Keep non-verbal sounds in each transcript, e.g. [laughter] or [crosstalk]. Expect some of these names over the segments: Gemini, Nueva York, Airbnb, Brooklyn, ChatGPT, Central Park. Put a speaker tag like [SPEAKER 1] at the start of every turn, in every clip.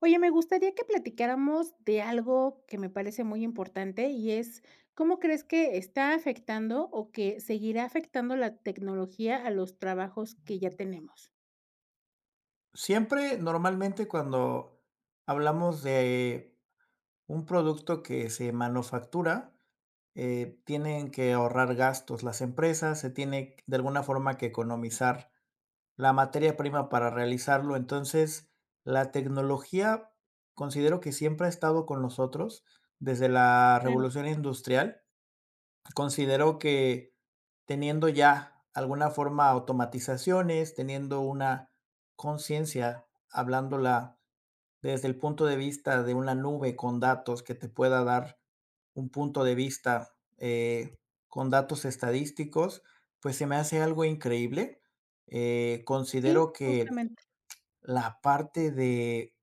[SPEAKER 1] Oye, me gustaría que platicáramos de algo que me parece muy importante y es, ¿cómo crees que está afectando o que seguirá afectando la tecnología a los trabajos que ya tenemos?
[SPEAKER 2] Siempre, normalmente, cuando hablamos de un producto que se manufactura, tienen que ahorrar gastos las empresas, se tiene de alguna forma que economizar la materia prima para realizarlo. Entonces, la tecnología considero que siempre ha estado con nosotros desde la
[SPEAKER 1] Claro.
[SPEAKER 2] revolución industrial. Considero que teniendo ya alguna forma automatizaciones, teniendo una conciencia, hablándola desde el punto de vista de una nube con datos que te pueda dar un punto de vista, con datos estadísticos, pues se me hace algo increíble. Eh,
[SPEAKER 1] Sí,
[SPEAKER 2] considero que
[SPEAKER 1] justamente.
[SPEAKER 2] la parte de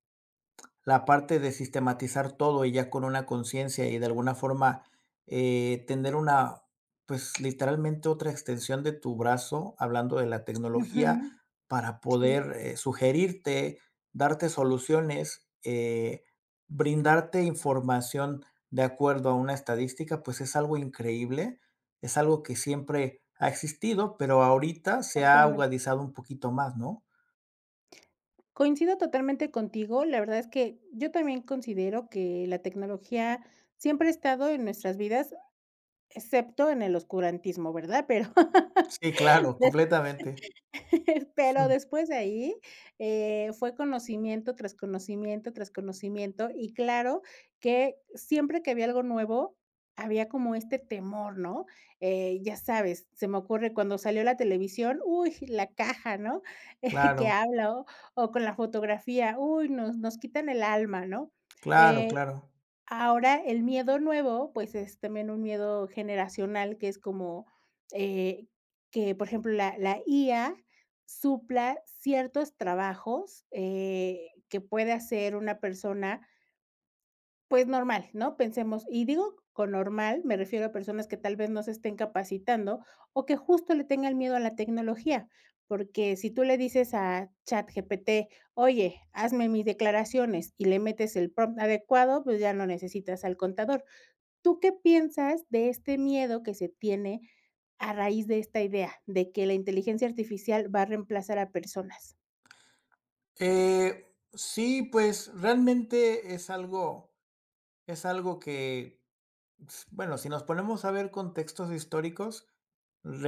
[SPEAKER 2] la parte de sistematizar todo y ya con una conciencia y de alguna forma, tener una, pues, literalmente otra extensión de tu brazo, hablando de la
[SPEAKER 1] Ujú.
[SPEAKER 2] tecnología, para
[SPEAKER 1] Sí,
[SPEAKER 2] poder, sugerirte, darte soluciones, brindarte información de acuerdo a una estadística, pues, es algo increíble, es algo que siempre ha existido, pero ahorita se ha
[SPEAKER 1] totalmente.
[SPEAKER 2] agudizado un poquito más, ¿no?
[SPEAKER 1] Coincido totalmente contigo. La verdad es que yo también considero que la tecnología siempre ha estado en nuestras vidas, excepto en el oscurantismo, ¿verdad? Pero [laughs]
[SPEAKER 2] Sí, claro,
[SPEAKER 1] de
[SPEAKER 2] completamente.
[SPEAKER 1] [laughs] pero
[SPEAKER 2] Mm,
[SPEAKER 1] después de ahí, fue conocimiento tras conocimiento tras conocimiento, y claro que siempre que había algo nuevo, había como este temor, ¿no? Ya sabes, se me ocurre cuando salió la televisión, uy, la caja, ¿no? [laughs] Que
[SPEAKER 2] claro.
[SPEAKER 1] habla, o con la fotografía, uy, nos quitan el alma, ¿no?
[SPEAKER 2] Claro,
[SPEAKER 1] Eh,
[SPEAKER 2] claro.
[SPEAKER 1] Ahora el miedo nuevo, pues, es también un miedo generacional, que es como, eh, que, por ejemplo, la IA supla ciertos trabajos, que puede hacer una persona pues normal, ¿no? Pensemos, y digo con normal, me refiero a personas que tal vez no se estén capacitando o que justo le tengan miedo a la tecnología, porque si tú le dices a ChatGPT, oye, hazme mis declaraciones y le metes el prompt adecuado, pues ya no necesitas al contador. ¿Tú qué piensas de este miedo que se tiene a raíz de esta idea de que la inteligencia artificial va a reemplazar a personas?
[SPEAKER 2] Eh, sí, pues realmente es algo que, bueno, si nos ponemos a ver contextos históricos,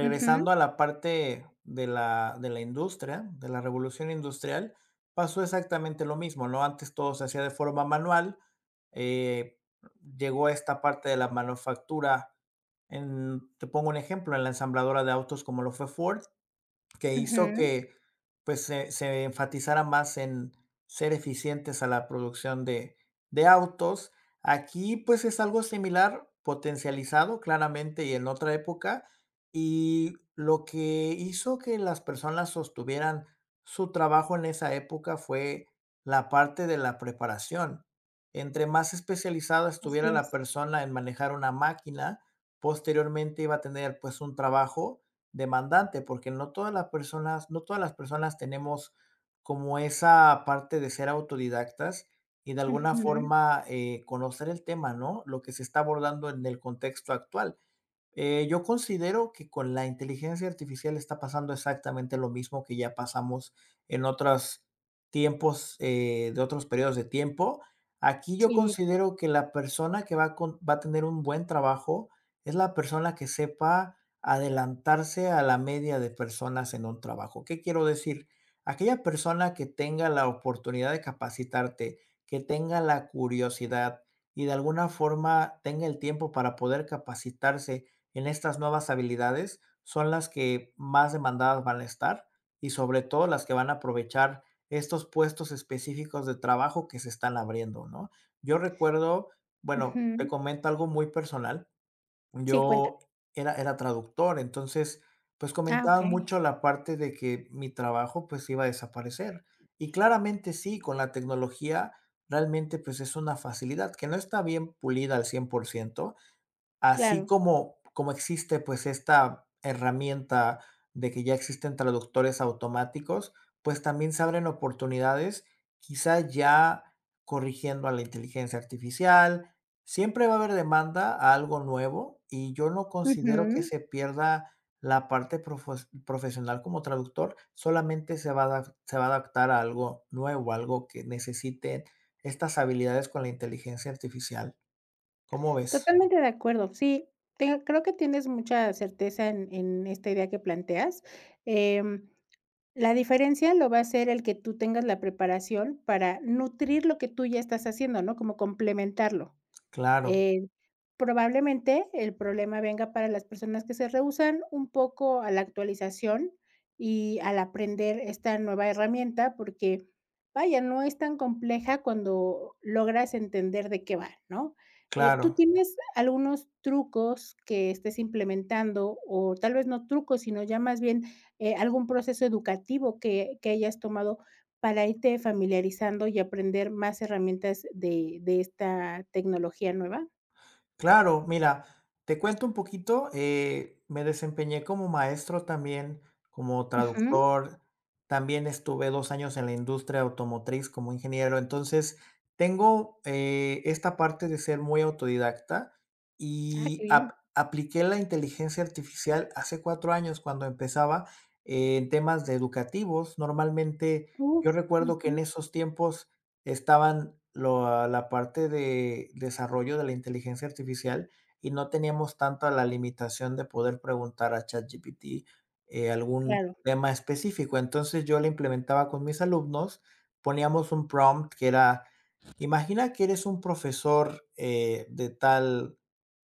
[SPEAKER 1] Ujú,
[SPEAKER 2] a la parte de la industria, de la revolución industrial, pasó exactamente lo mismo, ¿no? Antes todo se hacía de forma manual, eh, llegó esta parte de la manufactura, te pongo un ejemplo, en la ensambladora de autos como lo fue Ford, que hizo
[SPEAKER 1] ujú,
[SPEAKER 2] que, pues, se enfatizara más en ser eficientes a la producción de autos. Aquí, pues, es algo similar, potencializado claramente y en otra época, y lo que hizo que las personas sostuvieran su trabajo en esa época fue la parte de la preparación. Entre más especializada estuviera
[SPEAKER 1] así
[SPEAKER 2] la
[SPEAKER 1] es.
[SPEAKER 2] persona en manejar una máquina, posteriormente iba a tener, pues, un trabajo demandante, porque no todas las personas tenemos como esa parte de ser autodidactas y de alguna
[SPEAKER 1] Ujú,
[SPEAKER 2] forma, conocer el tema, ¿no? Lo que se está abordando en el contexto actual. Yo considero que con la inteligencia artificial está pasando exactamente lo mismo que ya pasamos en otros tiempos, de otros periodos de tiempo. Aquí yo
[SPEAKER 1] sí,
[SPEAKER 2] considero que la persona que va a tener un buen trabajo es la persona que sepa adelantarse a la media de personas en un trabajo. ¿Qué quiero decir? Aquella persona que tenga la oportunidad de capacitarte, que tenga la curiosidad y de alguna forma tenga el tiempo para poder capacitarse en estas nuevas habilidades son las que más demandadas van a estar y sobre todo las que van a aprovechar estos puestos específicos de trabajo que se están abriendo, ¿no? Yo recuerdo, bueno, te
[SPEAKER 1] ujú.
[SPEAKER 2] comento algo muy personal.
[SPEAKER 1] Sí, cuenta.
[SPEAKER 2] Yo era traductor, entonces, pues
[SPEAKER 1] Ah,
[SPEAKER 2] comentaba
[SPEAKER 1] okey,
[SPEAKER 2] mucho la parte de que mi trabajo pues iba a desaparecer. Y claramente sí, con la tecnología realmente pues es una facilidad que no está bien pulida al 100%. Así
[SPEAKER 1] claro.
[SPEAKER 2] como existe, pues, esta herramienta de que ya existen traductores automáticos, pues, también se abren oportunidades, quizá ya corrigiendo a la inteligencia artificial. Siempre va a haber demanda a algo nuevo, y yo no considero que
[SPEAKER 1] Ujú.
[SPEAKER 2] se pierda la parte profesional como traductor, solamente se va a adaptar a algo nuevo, algo que necesite estas habilidades con la inteligencia artificial. ¿Cómo ves?
[SPEAKER 1] Totalmente de acuerdo. Sí, te creo que tienes mucha certeza en esta idea que planteas. Em, la diferencia lo va a ser el que tú tengas la preparación para nutrir lo que tú ya estás haciendo, ¿no? Como complementarlo.
[SPEAKER 2] Claro.
[SPEAKER 1] Eh Probablemente el problema venga para las personas que se rehúsan un poco a la actualización y al aprender esta nueva herramienta, porque vaya, no es tan compleja cuando logras entender de qué va, ¿no? ¿Tú
[SPEAKER 2] Claro,
[SPEAKER 1] tienes algunos trucos que estés implementando o tal vez no trucos, sino ya más bien, algún proceso educativo que hayas tomado para irte familiarizando y aprender más herramientas de esta tecnología nueva?
[SPEAKER 2] claro. Mira, te cuento un poquito, me desempeñé como maestro también, como
[SPEAKER 1] Ujú.
[SPEAKER 2] traductor, también estuve 2 años en la industria automotriz como ingeniero, entonces tengo, esta parte de ser muy autodidacta
[SPEAKER 1] Ah, qué
[SPEAKER 2] y ap
[SPEAKER 1] bien.
[SPEAKER 2] apliqué la inteligencia artificial hace 4 años cuando empezaba en temas de educativos. Normalmente,
[SPEAKER 1] Uf,
[SPEAKER 2] yo recuerdo que
[SPEAKER 1] ujú,
[SPEAKER 2] en esos tiempos estaban lo la parte de desarrollo de la inteligencia artificial, y no teníamos tanto la limitación de poder preguntar a ChatGPT, algún
[SPEAKER 1] claro.
[SPEAKER 2] tema específico. Entonces, yo la implementaba con mis alumnos, poníamos un prompt que era: "Imagina que eres un profesor, de tal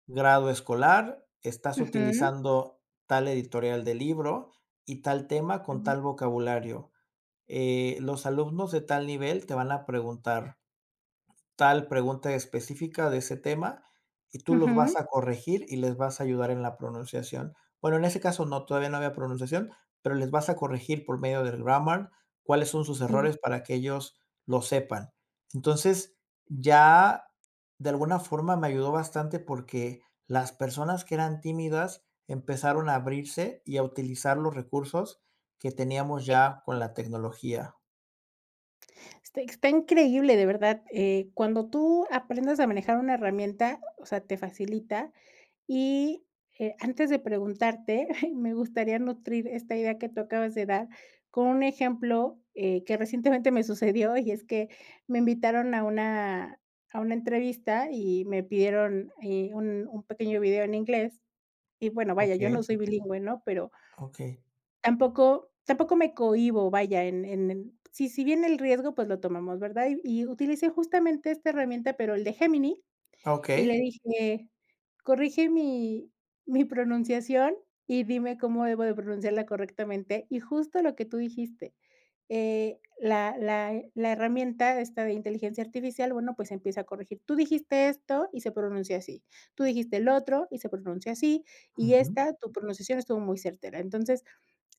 [SPEAKER 2] grado escolar, estás
[SPEAKER 1] Ujú,
[SPEAKER 2] utilizando tal editorial de libro y tal tema con
[SPEAKER 1] ujú,
[SPEAKER 2] tal vocabulario. Los alumnos de tal nivel te van a preguntar tal pregunta específica de ese tema, y tú los vas
[SPEAKER 1] ujú,
[SPEAKER 2] a corregir y les vas a ayudar en la pronunciación. Bueno, en ese caso no, todavía no había pronunciación, pero les vas a corregir por medio del grammar cuáles son sus
[SPEAKER 1] sí.
[SPEAKER 2] errores para que ellos lo sepan. Entonces, ya de alguna forma me ayudó bastante porque las personas que eran tímidas empezaron a abrirse y a utilizar los recursos que teníamos ya con la tecnología".
[SPEAKER 1] Está está increíble, de verdad, cuando tú aprendas a manejar una herramienta, o sea, te facilita y, antes de preguntarte, [laughs] me gustaría nutrir esta idea que tú acabas de dar con un ejemplo, que recientemente me sucedió, y es que me invitaron a una entrevista y me pidieron, un pequeño video en inglés y, bueno, vaya, yo no
[SPEAKER 2] Okey,
[SPEAKER 1] soy bilingüe, ¿no? Pero
[SPEAKER 2] okey,
[SPEAKER 1] Tampoco me cohíbo, vaya, en si si bien el riesgo, pues lo tomamos, ¿verdad? Y utilicé justamente esta herramienta, pero el de Gemini, y le
[SPEAKER 2] okey.
[SPEAKER 1] dije: "Corrige mi mi pronunciación y dime cómo debo de pronunciarla correctamente", y justo lo que tú dijiste. La herramienta esta de inteligencia artificial, bueno, pues empieza a corregir. Tú dijiste esto y se pronuncia así. Tú dijiste el otro y se pronuncia así, y
[SPEAKER 2] Ujú.
[SPEAKER 1] esta, tu pronunciación estuvo muy certera. Entonces,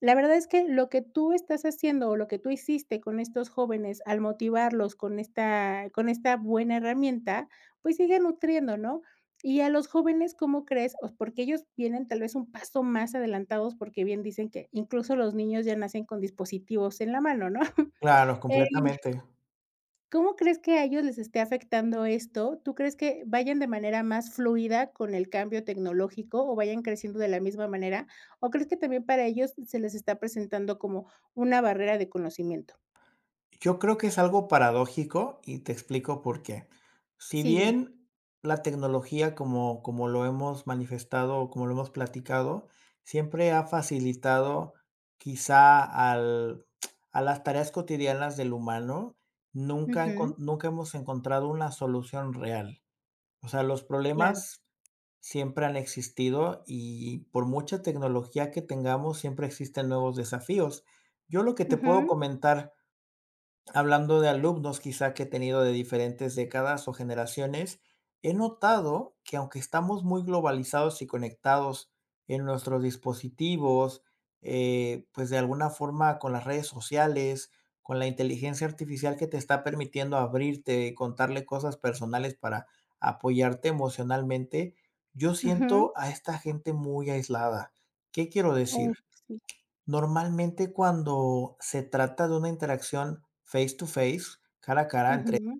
[SPEAKER 1] la verdad es que lo que tú estás haciendo o lo que tú hiciste con estos jóvenes al motivarlos con esta buena herramienta, pues sigue nutriendo, ¿no? Y a los jóvenes, ¿cómo crees? O porque ellos vienen tal vez un paso más adelantados, porque bien dicen que incluso los niños ya nacen con dispositivos en la mano, ¿no? [laughs]
[SPEAKER 2] Claro,
[SPEAKER 1] Eh,
[SPEAKER 2] completamente.
[SPEAKER 1] ¿cómo crees que a ellos les esté afectando esto? ¿Tú crees que vayan de manera más fluida con el cambio tecnológico o vayan creciendo de la misma manera? ¿O crees que también para ellos se les está presentando como una barrera de conocimiento?
[SPEAKER 2] Yo creo que es algo paradójico y te explico por qué. Si
[SPEAKER 1] Sí, dime.
[SPEAKER 2] bien la tecnología, como lo hemos manifestado, como lo hemos platicado, siempre ha facilitado quizá al a las tareas cotidianas del humano, nunca encon
[SPEAKER 1] Ujú,
[SPEAKER 2] nunca hemos encontrado una solución real. O sea, los
[SPEAKER 1] claro.
[SPEAKER 2] problemas siempre han existido y por mucha tecnología que tengamos, siempre existen nuevos desafíos. Yo lo que te puedo
[SPEAKER 1] Ujú,
[SPEAKER 2] comentar, hablando de alumnos quizá que he tenido de diferentes décadas o generaciones, he notado que aunque estamos muy globalizados y conectados en nuestros dispositivos, pues de alguna forma con las redes sociales, con la inteligencia artificial que te está permitiendo abrirte, contarle cosas personales para apoyarte emocionalmente, yo
[SPEAKER 1] ujú.
[SPEAKER 2] siento a esta gente muy aislada. ¿Qué quiero decir?
[SPEAKER 1] Uh, sí.
[SPEAKER 2] Normalmente, cuando se trata de una interacción face to face, cara a cara, entre
[SPEAKER 1] Ujú,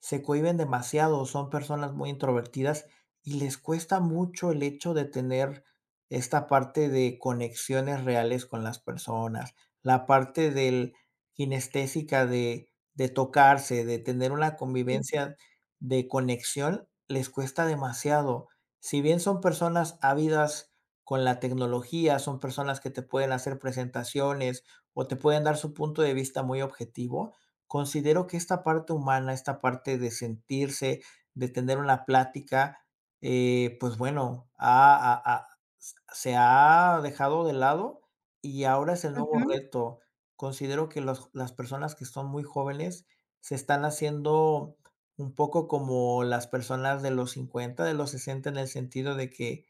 [SPEAKER 2] se cohíben demasiado, son personas muy introvertidas y les cuesta mucho el hecho de tener esta parte de conexiones reales con las personas, la parte del kinestésica de tocarse, de tener una
[SPEAKER 1] sí.
[SPEAKER 2] convivencia de conexión, les cuesta demasiado. Si bien son personas ávidas con la tecnología, son personas que te pueden hacer presentaciones o te pueden dar su punto de vista muy objetivo. Considero que esta parte humana, esta parte de sentirse, de tener una plática, pues bueno, ha ha ha s se ha dejado de lado y ahora es el nuevo
[SPEAKER 1] Ujú,
[SPEAKER 2] reto. Considero que los las personas que son muy jóvenes se están haciendo un poco como las personas de los 50, de los 60, en el sentido de que,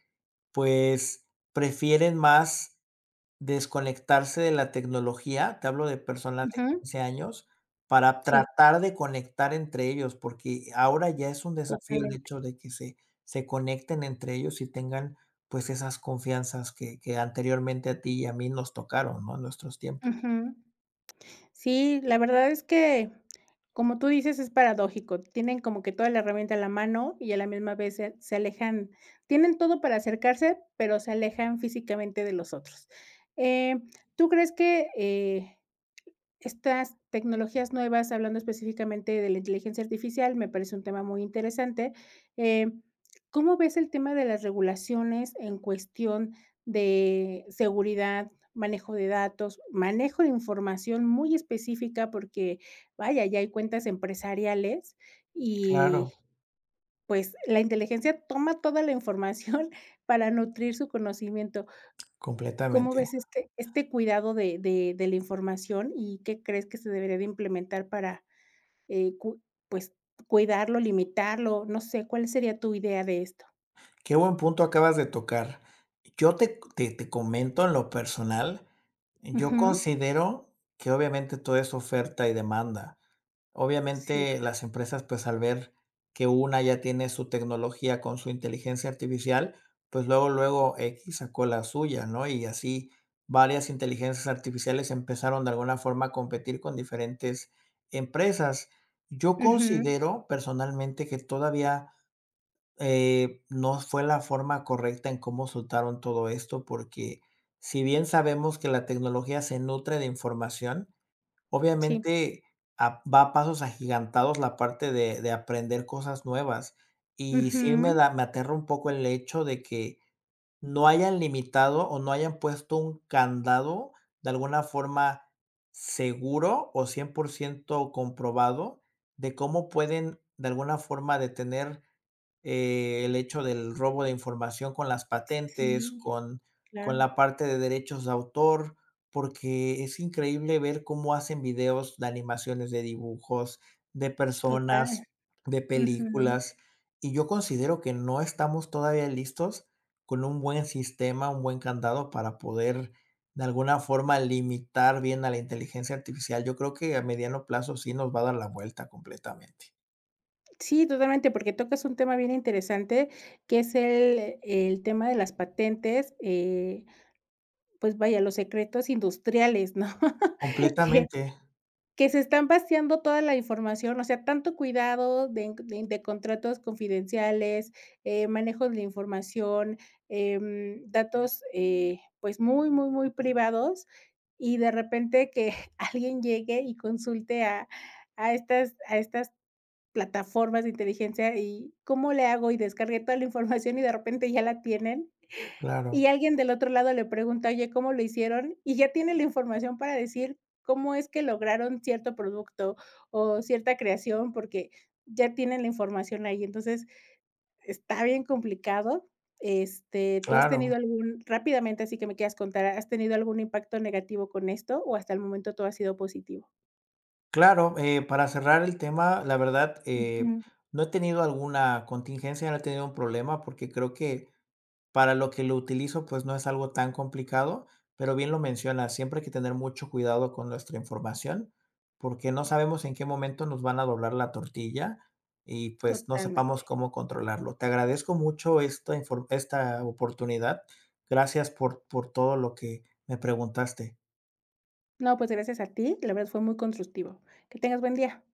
[SPEAKER 2] pues, prefieren más desconectarse de la tecnología, te hablo de personas de
[SPEAKER 1] ujú,
[SPEAKER 2] 15 años, para
[SPEAKER 1] sí.
[SPEAKER 2] tratar de conectar entre ellos, porque ahora ya es un desafío el
[SPEAKER 1] Totalmente.
[SPEAKER 2] hecho de que se conecten entre ellos y tengan, pues, esas confianzas que anteriormente a ti y a mí nos tocaron, ¿no?, en nuestros tiempos.
[SPEAKER 1] Ujú. Sí, la verdad es que, como tú dices, es paradójico. Tienen como que toda la herramienta a la mano y a la misma vez se alejan. Tienen todo para acercarse, pero se alejan físicamente de los otros. Eh, ¿Tú crees que, estas tecnologías nuevas, hablando específicamente de la inteligencia artificial, me parece un tema muy interesante. Eh, ¿Cómo ves el tema de las regulaciones en cuestión de seguridad, manejo de datos, manejo de información muy específica? Porque, vaya, ya hay cuentas empresariales y,
[SPEAKER 2] Claro,
[SPEAKER 1] pues, la inteligencia toma toda la información [laughs] para nutrir su conocimiento. ¿Cómo
[SPEAKER 2] completamente.
[SPEAKER 1] ves este este cuidado de la información y qué crees que se debería de implementar para, cu pues, cuidarlo, limitarlo? No sé, ¿cuál sería tu idea de esto?
[SPEAKER 2] Qué buen punto acabas de tocar. Yo te comento en lo personal, yo
[SPEAKER 1] Ujú.
[SPEAKER 2] considero que obviamente todo es oferta y demanda.
[SPEAKER 1] Sí.
[SPEAKER 2] Obviamente, las empresas, pues, al ver que una ya tiene su tecnología con su inteligencia artificial, pues, luego, luego X sacó la suya, ¿no? Y así varias inteligencias artificiales empezaron de alguna forma a competir con diferentes empresas. Yo
[SPEAKER 1] Ujú.
[SPEAKER 2] considero personalmente que todavía, no fue la forma correcta en cómo soltaron todo esto, porque si bien sabemos que la tecnología se nutre de información.
[SPEAKER 1] Sí.
[SPEAKER 2] Obviamente, a va a pasos agigantados la parte de aprender cosas nuevas, y sí
[SPEAKER 1] Ujú.
[SPEAKER 2] me aterra un poco el hecho de que no hayan limitado o no hayan puesto un candado de alguna forma seguro o 100% comprobado de cómo pueden de alguna forma detener el hecho del robo de información con las patentes,
[SPEAKER 1] Sí,
[SPEAKER 2] con la
[SPEAKER 1] claro.
[SPEAKER 2] parte de derechos de autor, porque es increíble ver cómo hacen videos de animaciones, de dibujos, de
[SPEAKER 1] Total.
[SPEAKER 2] personas, de
[SPEAKER 1] Ujú.
[SPEAKER 2] películas, y yo considero que no estamos todavía listos con un buen sistema, un buen candado para poder, de alguna forma, limitar bien a la inteligencia artificial. Yo creo que a mediano plazo sí nos va a dar la vuelta completamente.
[SPEAKER 1] Sí, totalmente, porque tocas un tema bien interesante, que es el tema de las patentes, pues vaya, los secretos industriales, ¿no? [laughs] Que
[SPEAKER 2] Completamente,
[SPEAKER 1] Que se están vaciando toda la información, o sea, tanto cuidado de en de de contratos confidenciales, manejos de la información, datos, pues, muy, muy, muy privados, y de repente que [laughs] alguien llegue y consulte a estas plataformas de inteligencia, y, ¿cómo le hago? Y descargué toda la información y de repente ya la tienen. Y
[SPEAKER 2] claro.
[SPEAKER 1] alguien del otro lado le pregunta: "Oye, ¿cómo lo hicieron?", y ya tiene la información para decir cómo es que lograron cierto producto o cierta creación, porque ya tienen la información ahí. Entonces, está bien complicado. Este, ¿tú has tenido
[SPEAKER 2] Claro,
[SPEAKER 1] algún rápidamente, así que me quieras contar, has tenido algún impacto negativo con esto, o hasta el momento todo ha sido positivo?
[SPEAKER 2] claro, para cerrar el tema, la verdad,
[SPEAKER 1] Ujú,
[SPEAKER 2] no he tenido alguna contingencia, no he tenido un problema, porque creo que para lo que lo utilizo, pues no es algo tan complicado, pero bien lo mencionas, siempre hay que tener mucho cuidado con nuestra información, porque no sabemos en qué momento nos van a doblar la tortilla y pues no sepamos
[SPEAKER 1] totalmente.
[SPEAKER 2] cómo controlarlo. Te agradezco mucho esta oportunidad. Gracias por todo lo que me preguntaste.
[SPEAKER 1] No, pues, gracias a ti, la verdad fue muy constructivo. Que tengas buen día.